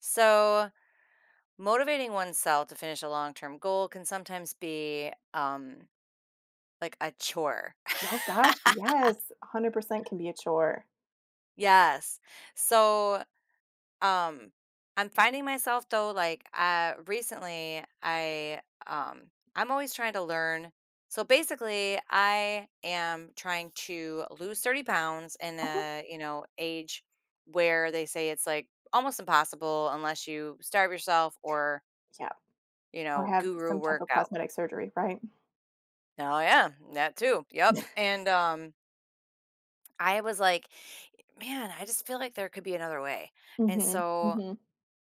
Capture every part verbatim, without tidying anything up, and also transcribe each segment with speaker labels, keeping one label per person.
Speaker 1: So, motivating oneself to finish a long term goal can sometimes be um, like a chore.
Speaker 2: Oh gosh, yes, one hundred percent can be a chore.
Speaker 1: Yes. So, um, I'm finding myself though, like uh, recently, I um, I'm always trying to learn. So basically, I am trying to lose thirty pounds in
Speaker 2: Okay.
Speaker 1: a you know age where they say it's like almost impossible unless you starve yourself or
Speaker 2: Yeah,
Speaker 1: you
Speaker 2: or
Speaker 1: know
Speaker 2: have
Speaker 1: guru
Speaker 2: some type of
Speaker 1: workout.
Speaker 2: cosmetic surgery, right?
Speaker 1: Oh yeah, that too. Yep. And um I was like, man, I just feel like there could be another way. And
Speaker 2: Mhm,
Speaker 1: so
Speaker 2: mhm.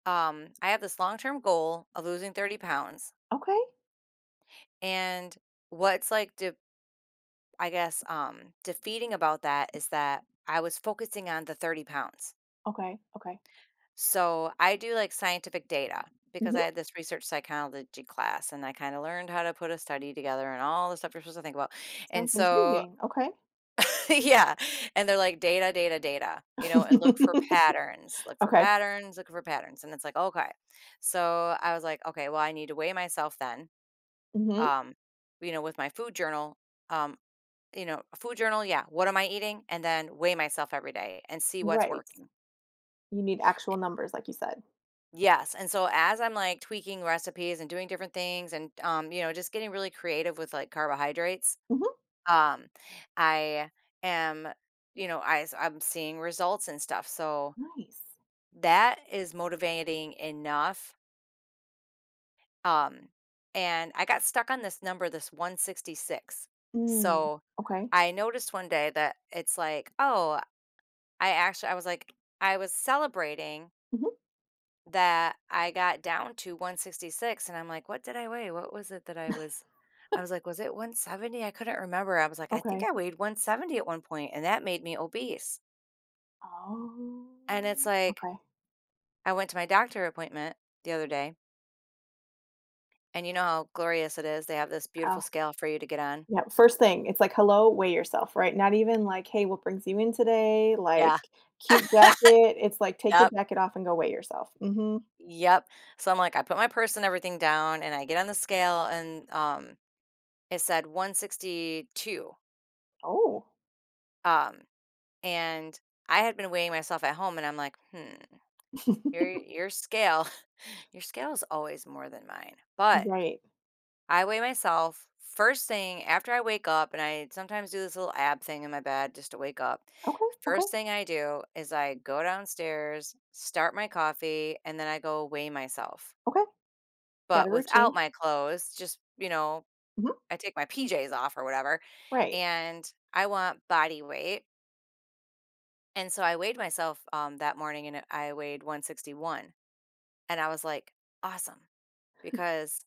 Speaker 1: um I have this long-term goal of losing thirty pounds.
Speaker 2: Okay,
Speaker 1: And what's like de- I guess um defeating about that is that I was focusing on the thirty pounds.
Speaker 2: okay, okay.
Speaker 1: So I do like scientific data because I
Speaker 2: Mhm,
Speaker 1: had this research psychology class and I kind of learned how to put a study together and all the stuff you're supposed to think about. And
Speaker 2: sounds
Speaker 1: so
Speaker 2: intriguing, okay.
Speaker 1: yeah, and they're like, "Data, data, data," you know, and look for patterns, look for
Speaker 2: Okay,
Speaker 1: patterns, look for patterns, and it's like, "Okay." So, I was like, "Okay, well, I need to weigh myself then,"
Speaker 2: mhm,
Speaker 1: um, you know, with my food journal, um, you know, a food journal, yeah, what am I eating? And then weigh myself every day and see what's
Speaker 2: right.
Speaker 1: working.
Speaker 2: You need actual numbers, like you said.
Speaker 1: Yes, and so as I'm, like, tweaking recipes and doing different things and, um, you know, just getting really creative with, like, carbohydrates,
Speaker 2: Mhm,
Speaker 1: um, I am you know, I s I'm seeing results and stuff, so
Speaker 2: nice.
Speaker 1: that is motivating enough, um, and I got stuck on this number, this one sixty-six.
Speaker 2: Mm,
Speaker 1: So,
Speaker 2: okay.
Speaker 1: I noticed one day that it's like, "Oh," I actually I was like, I was celebrating
Speaker 2: Mhm,
Speaker 1: that I got down to one sixty-six, and I'm like, "What did I weigh? What was it that I was?" I was like, "Was it one seventy?" I couldn't remember. I was like, "I think
Speaker 2: okay.
Speaker 1: I weighed one seventy at one point, and that made me obese." And it's
Speaker 2: Oh,
Speaker 1: like,
Speaker 2: okay.
Speaker 1: I went to my doctor appointment the other day. And you know how glorious it is? They have this beautiful
Speaker 2: Oh.
Speaker 1: scale for you to get on.
Speaker 2: Yeah, first thing, it's like, "Hello, weigh yourself," right? Not even like, "Hey, what brings you in today?" Like,
Speaker 1: Yeah.
Speaker 2: "Cute jacket." It's like, "Take your
Speaker 1: Yep,
Speaker 2: jacket off and go weigh yourself." Mhm.
Speaker 1: yep. So I'm like, I put my purse and everything down and I get on the scale and um it said one sixty-two.
Speaker 2: Oh.
Speaker 1: Um and I had been weighing myself at home and I'm like, hmm, your your scale, your scale is always more than mine. But
Speaker 2: Right.
Speaker 1: I weigh myself first thing after I wake up, and I sometimes do this little ab thing in my bed just to wake up.
Speaker 2: Okay, okay,
Speaker 1: First thing I do is I go downstairs, start my coffee, and then I go weigh myself,
Speaker 2: okay. Got
Speaker 1: but
Speaker 2: a
Speaker 1: without
Speaker 2: routine.
Speaker 1: my clothes. Just, you know,
Speaker 2: Mhm.
Speaker 1: I take my P Js off or whatever,
Speaker 2: Right.
Speaker 1: and I want body weight. And so I weighed myself um, that morning and I weighed one sixty-one. And I was like, awesome, because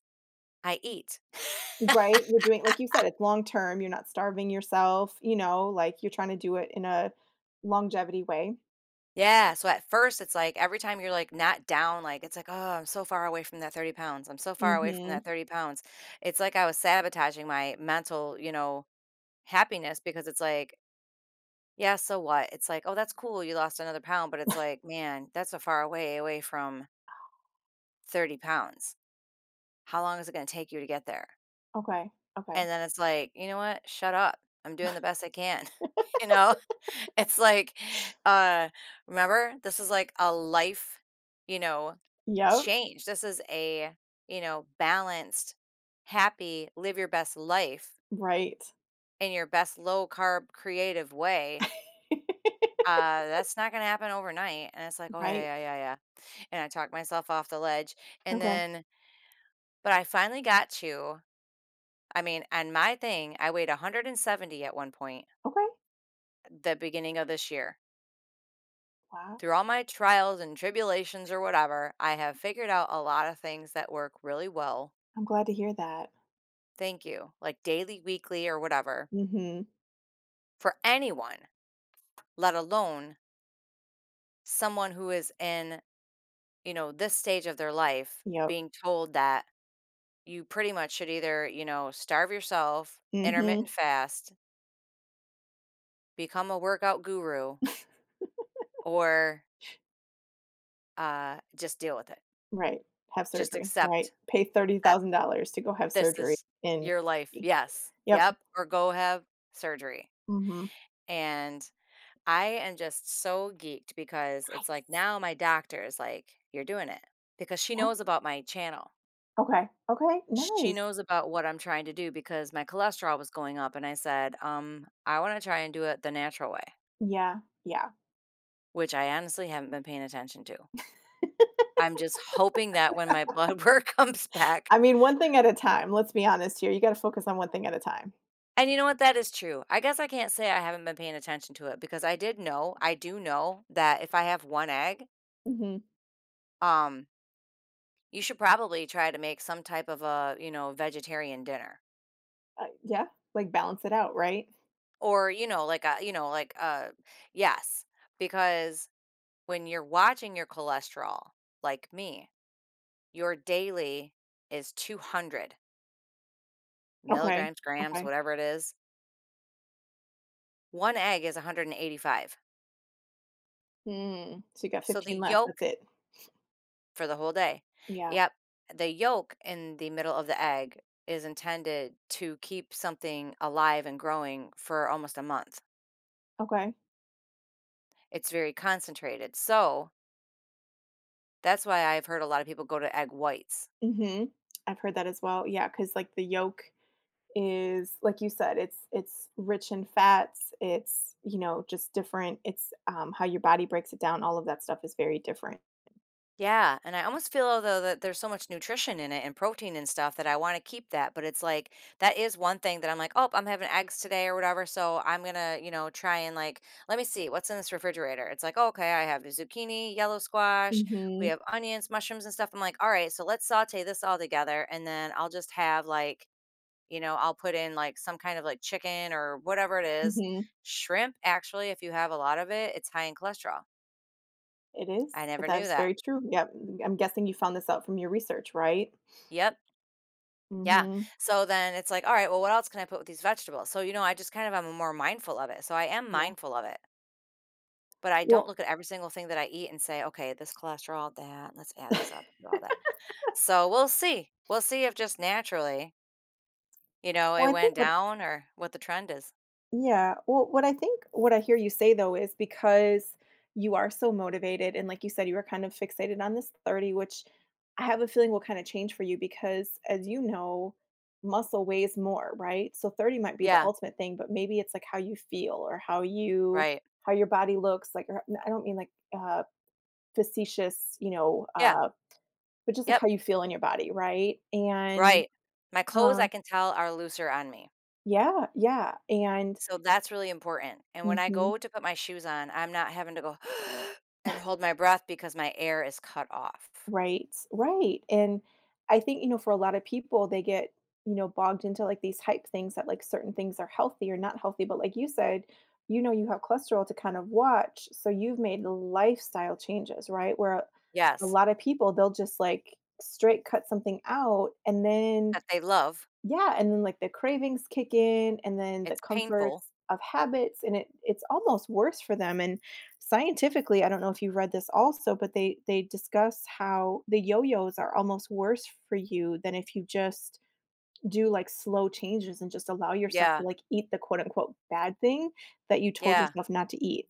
Speaker 1: I eat.
Speaker 2: Right, you're doing like you said, it's long term, you're not starving yourself, you know, like, you're trying to do it in a longevity way.
Speaker 1: Yeah, so at first, it's like every time you're, like, not down, like, it's like, "Oh, I'm so far away from that thirty pounds. I'm so far away from that
Speaker 2: Mhm.
Speaker 1: thirty pounds." It's like I was sabotaging my mental, you know, happiness because it's like, "Yeah, so what?" It's like, "Oh, that's cool, you lost another pound," but it's like, "Man, that's a far away away from thirty pounds. How long is it gonna take you to get there?"
Speaker 2: Okay, okay.
Speaker 1: And then it's like, "You know what? Shut up. I'm doing the best I can." You know? It's like, uh, remember, this is like a life, you know,
Speaker 2: Yep.
Speaker 1: change. This is a, you know, balanced, happy, live your best life
Speaker 2: Right.
Speaker 1: in your best low carb creative way. Uh, that's not gonna happen overnight. And it's like, "Oh,
Speaker 2: Right.
Speaker 1: yeah, yeah, yeah, yeah." And I talked myself off the ledge. And
Speaker 2: Okay.
Speaker 1: then but I finally got to, I mean, and my thing, I weighed one seventy at one point,
Speaker 2: Okay.
Speaker 1: the beginning of this year.
Speaker 2: Wow,
Speaker 1: Through all my trials and tribulations or whatever, I have figured out a lot of things that work really well.
Speaker 2: I'm glad to hear that.
Speaker 1: Thank you. Like daily, weekly, or whatever
Speaker 2: Mhm.
Speaker 1: for anyone, let alone someone who is in, you know, this stage of their life
Speaker 2: Yep.
Speaker 1: being told that you pretty much should either, you know, starve yourself,
Speaker 2: Mhm.
Speaker 1: intermittent fast, become a workout guru, or uh, just deal with it.
Speaker 2: Right. Have
Speaker 1: Just
Speaker 2: surgery,
Speaker 1: accept
Speaker 2: right? Pay
Speaker 1: that
Speaker 2: thirty thousand dollars to go have
Speaker 1: this
Speaker 2: surgery
Speaker 1: is
Speaker 2: in
Speaker 1: your life.
Speaker 2: Turkey.
Speaker 1: Yes.
Speaker 2: Yep.
Speaker 1: Yep. Or go have surgery.
Speaker 2: Mhm.
Speaker 1: And I am just so geeked because it's like
Speaker 2: Nice.
Speaker 1: now my doctor is like, you're doing it because she
Speaker 2: Yeah.
Speaker 1: knows about my channel.
Speaker 2: Okay. Okay,
Speaker 1: She
Speaker 2: nice.
Speaker 1: knows about what I'm trying to do because my cholesterol was going up. And I said, um, I want to try and do it the natural way,
Speaker 2: Yeah, yeah.
Speaker 1: which I honestly haven't been paying attention to. I'm just hoping that when my blood work comes back.
Speaker 2: I mean, one thing at a time, let's be honest here, you gotta focus on one thing at a time.
Speaker 1: And you know what? That is true. I guess I can't say I haven't been paying attention to it because I did know, I do know that if I have one egg,
Speaker 2: Mhm.
Speaker 1: um, you should probably try to make some type of a, you know, vegetarian dinner
Speaker 2: Uh, yeah, like, balance it out, right?
Speaker 1: or, you know, like a, you know, like uh yes, because when you're watching your cholesterol, like me, your daily is two hundred
Speaker 2: Okay,
Speaker 1: milligrams, grams,
Speaker 2: okay.
Speaker 1: whatever it is. One egg is one eighty-five.
Speaker 2: Mm, so you got
Speaker 1: So the
Speaker 2: fifteen left, that's
Speaker 1: yolk.
Speaker 2: it.
Speaker 1: For the whole day.
Speaker 2: Yeah.
Speaker 1: Yep. The yolk in the middle of the egg is intended to keep something alive and growing for almost a month.
Speaker 2: Okay.
Speaker 1: It's very concentrated. So that's why I've heard a lot of people go to egg whites.
Speaker 2: Mhm. I've heard that as well. Yeah. Cause like, the yolk is like you said, it's it's rich in fats, it's, you know, just different, it's um how your body breaks it down, all of that stuff is very different.
Speaker 1: Yeah, and I almost feel though that there's so much nutrition in it and protein and stuff that I want to keep that, but it's like that is one thing that I'm like, "Oh, I'm having eggs today or whatever, so I'm gonna, you know, try and like, let me see what's in this refrigerator." It's like, "Oh, okay, I have zucchini, yellow squash, we
Speaker 2: Mhm,
Speaker 1: have onions, mushrooms and stuff." I'm like, "All right, so let's saute this all together and then I'll just have like, you know, I'll put in like some kind of like chicken or whatever it is.
Speaker 2: mhm,
Speaker 1: Shrimp actually, if you have a lot of it, it's high in cholesterol.
Speaker 2: it is.
Speaker 1: I never knew
Speaker 2: That's
Speaker 1: that."
Speaker 2: very true. Yeah, I'm guessing you found this out from your research, right?
Speaker 1: Yep. Yeah.
Speaker 2: Mhm,
Speaker 1: So then it's like, all right, well, what else can I put with these vegetables? So, you know, I just kind of am more mindful of it. So I am
Speaker 2: yeah.
Speaker 1: mindful of it, but I don't
Speaker 2: Well,
Speaker 1: look at every single thing that I eat and say, okay, this cholesterol, that, let's add this up, do all that. So we'll see. We'll see if just naturally, you know,
Speaker 2: well
Speaker 1: it
Speaker 2: I
Speaker 1: went
Speaker 2: think what
Speaker 1: down or what the trend is.
Speaker 2: Yeah. Well, what I think what I hear you say though, is because you are so motivated and like you said, you were kind of fixated on this thirty, which I have a feeling will kind of change for you, because as you know, muscle weighs more, right? So thirty might be the
Speaker 1: Yeah.
Speaker 2: ultimate thing, but maybe it's like how you feel, or how you,
Speaker 1: Right.
Speaker 2: how your body looks like. Or, I don't mean like, uh facetious, you know,
Speaker 1: Yeah.
Speaker 2: uh but just like
Speaker 1: Yep.
Speaker 2: how you feel in your body, right? And
Speaker 1: Right. My clothes, I
Speaker 2: um
Speaker 1: can tell, are looser on me.
Speaker 2: yeah, yeah. And
Speaker 1: So that's really important. And when I
Speaker 2: mhm.
Speaker 1: go to put my shoes on, I'm not having to go and hold my breath because my air is cut off.
Speaker 2: Right, right, and I think, you know, for a lot of people, they get, you know, bogged into, like, these hype things that, like, certain things are healthy or not healthy, but like you said, you know, you have cholesterol to kind of watch, so you've made lifestyle changes, right? Where a
Speaker 1: Yes,
Speaker 2: lot of people, they'll just, like, straight cut something out, and then
Speaker 1: that they love.
Speaker 2: yeah, and then, like, the cravings kick in, and then the
Speaker 1: It's painful.
Speaker 2: comforts of habits, and it it's almost worse for them, and scientifically, I don't know if you read this also, but they they discuss how the yo-yos are almost worse for you than if you just do, like, slow changes and just allow yourself to,
Speaker 1: Yeah,
Speaker 2: like, eat the quote unquote "bad thing" that you told
Speaker 1: yeah,
Speaker 2: yourself not to eat.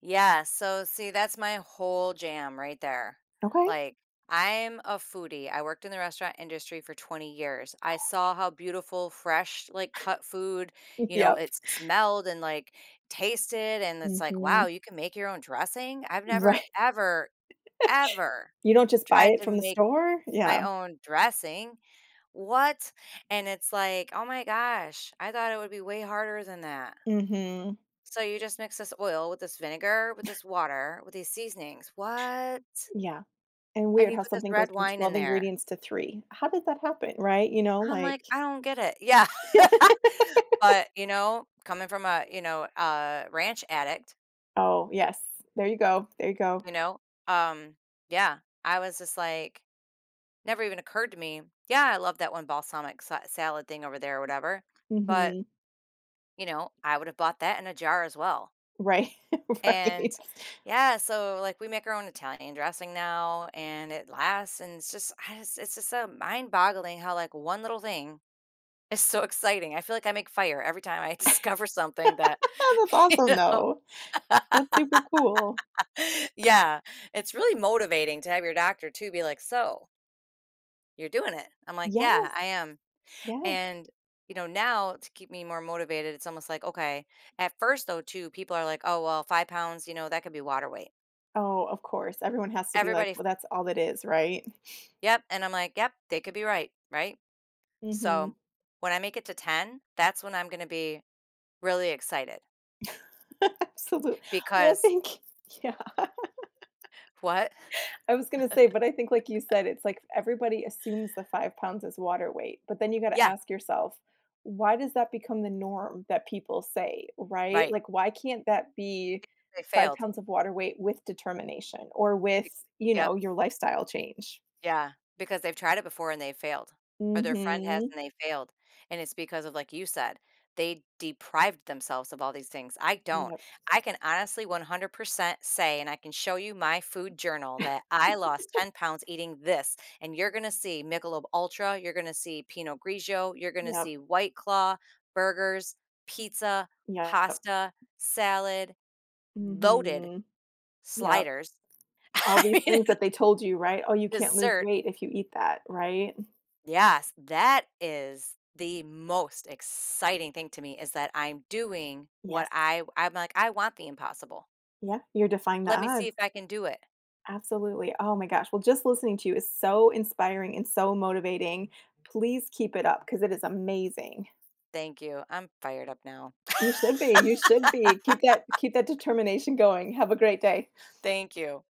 Speaker 1: yeah, so, see, that's my whole jam right there.
Speaker 2: Okay.
Speaker 1: Like, I'm a foodie, I worked in the restaurant industry for 20 years. I saw how beautiful, fresh, like, cut food, you know,
Speaker 2: Yep.
Speaker 1: it smelled and, like, tasted, and it's like, "Wow,
Speaker 2: Mhm.
Speaker 1: you can make your own dressing?" I've never,
Speaker 2: Right.
Speaker 1: ever, ever
Speaker 2: You don't just buy
Speaker 1: tried
Speaker 2: it
Speaker 1: to
Speaker 2: from the
Speaker 1: make
Speaker 2: store?
Speaker 1: my
Speaker 2: Yeah.
Speaker 1: own dressing. What? And it's like, "Oh my gosh, I thought it would be way harder than that."
Speaker 2: Mhm.
Speaker 1: So you just mix this oil with this vinegar, with this water, with these seasonings. What?
Speaker 2: Yeah. And
Speaker 1: And
Speaker 2: weird
Speaker 1: you
Speaker 2: how
Speaker 1: put this
Speaker 2: something goes
Speaker 1: red
Speaker 2: from
Speaker 1: wine in
Speaker 2: twelve
Speaker 1: there.
Speaker 2: ingredients to three. How did that happen, right? You know,
Speaker 1: I'm
Speaker 2: like
Speaker 1: like, "I don't get it." Yeah. But, you know, coming from a, you know, a ranch addict,
Speaker 2: oh, yes. There you go, there you go.
Speaker 1: you know, um, yeah, I was just like never even occurred to me, "Yeah, I love that one balsamic sa salad thing over there or whatever." But,
Speaker 2: Mhm.
Speaker 1: you know, I would have bought that in a jar as well.
Speaker 2: Right,
Speaker 1: And
Speaker 2: right.
Speaker 1: yeah, so like we make our own Italian dressing now and it lasts and it's just I just it's just so mind-boggling how like one little thing is so exciting. I feel like I make fire every time I discover something that
Speaker 2: Oh, that's
Speaker 1: you
Speaker 2: awesome,
Speaker 1: know.
Speaker 2: though. That's super cool.
Speaker 1: Yeah, it's really motivating to have your doctor too be like, "So, you're doing it." I'm like, "Yeah,
Speaker 2: Yes,
Speaker 1: I am."
Speaker 2: yes.
Speaker 1: And you know, now to keep me more motivated, it's almost like, okay, at first though too, people are like, "Oh, well, five pounds, you know, that could be water weight."
Speaker 2: Oh, of course. Everyone has to be like,
Speaker 1: Everybody.
Speaker 2: "Well, that's all it is," right?
Speaker 1: Yep, and I'm like, "Yep, they could be right," right?
Speaker 2: Mhm.
Speaker 1: So, when I make it to ten, that's when I'm gonna be really excited
Speaker 2: Absolute well,
Speaker 1: because.
Speaker 2: thank Yeah.
Speaker 1: What?
Speaker 2: I was gonna say, but I think like you said, it's like everybody assumes the five pounds is water weight, but then you gotta
Speaker 1: Yeah,
Speaker 2: ask yourself, why does that become the norm that people say, right?
Speaker 1: right,
Speaker 2: Like, why can't that be
Speaker 1: they
Speaker 2: five
Speaker 1: failed.
Speaker 2: pounds of water weight with determination or
Speaker 1: Y
Speaker 2: with, you
Speaker 1: Yep.
Speaker 2: know, your lifestyle change?
Speaker 1: Yeah, because they've tried it before and they failed, or their friend has
Speaker 2: Mhm.
Speaker 1: and they failed, and it's because of, like you said, they deprived themselves of all these things. I don't.
Speaker 2: Yep.
Speaker 1: I can honestly one hundred percent say, and I can show you my food journal that I lost ten pounds eating this, and you're gonna see Michelob Ultra, you're gonna see Pinot Grigio, you're gonna see
Speaker 2: Yep.
Speaker 1: White Claw, burgers, pizza,
Speaker 2: Yep.
Speaker 1: pasta, salad, loaded
Speaker 2: Mhm. Yep.
Speaker 1: sliders,
Speaker 2: All
Speaker 1: I
Speaker 2: these
Speaker 1: mean,
Speaker 2: things that they told you, right? Oh, you can't lose
Speaker 1: dessert.
Speaker 2: weight if you eat that, right?
Speaker 1: Yes, that is the most exciting thing to me is that I'm doing what
Speaker 2: Yes.
Speaker 1: I I'm like, I want the impossible.
Speaker 2: Yeah. You're defying the
Speaker 1: Let me see if
Speaker 2: odds.
Speaker 1: I can do it.
Speaker 2: Absolutely. Oh my gosh. Well, just listening to you is so inspiring and so motivating. Please keep it up because it is amazing.
Speaker 1: Thank you. I'm fired up now.
Speaker 2: You should be. You should be. Keep that keep that determination going. Have a great day.
Speaker 1: Thank you.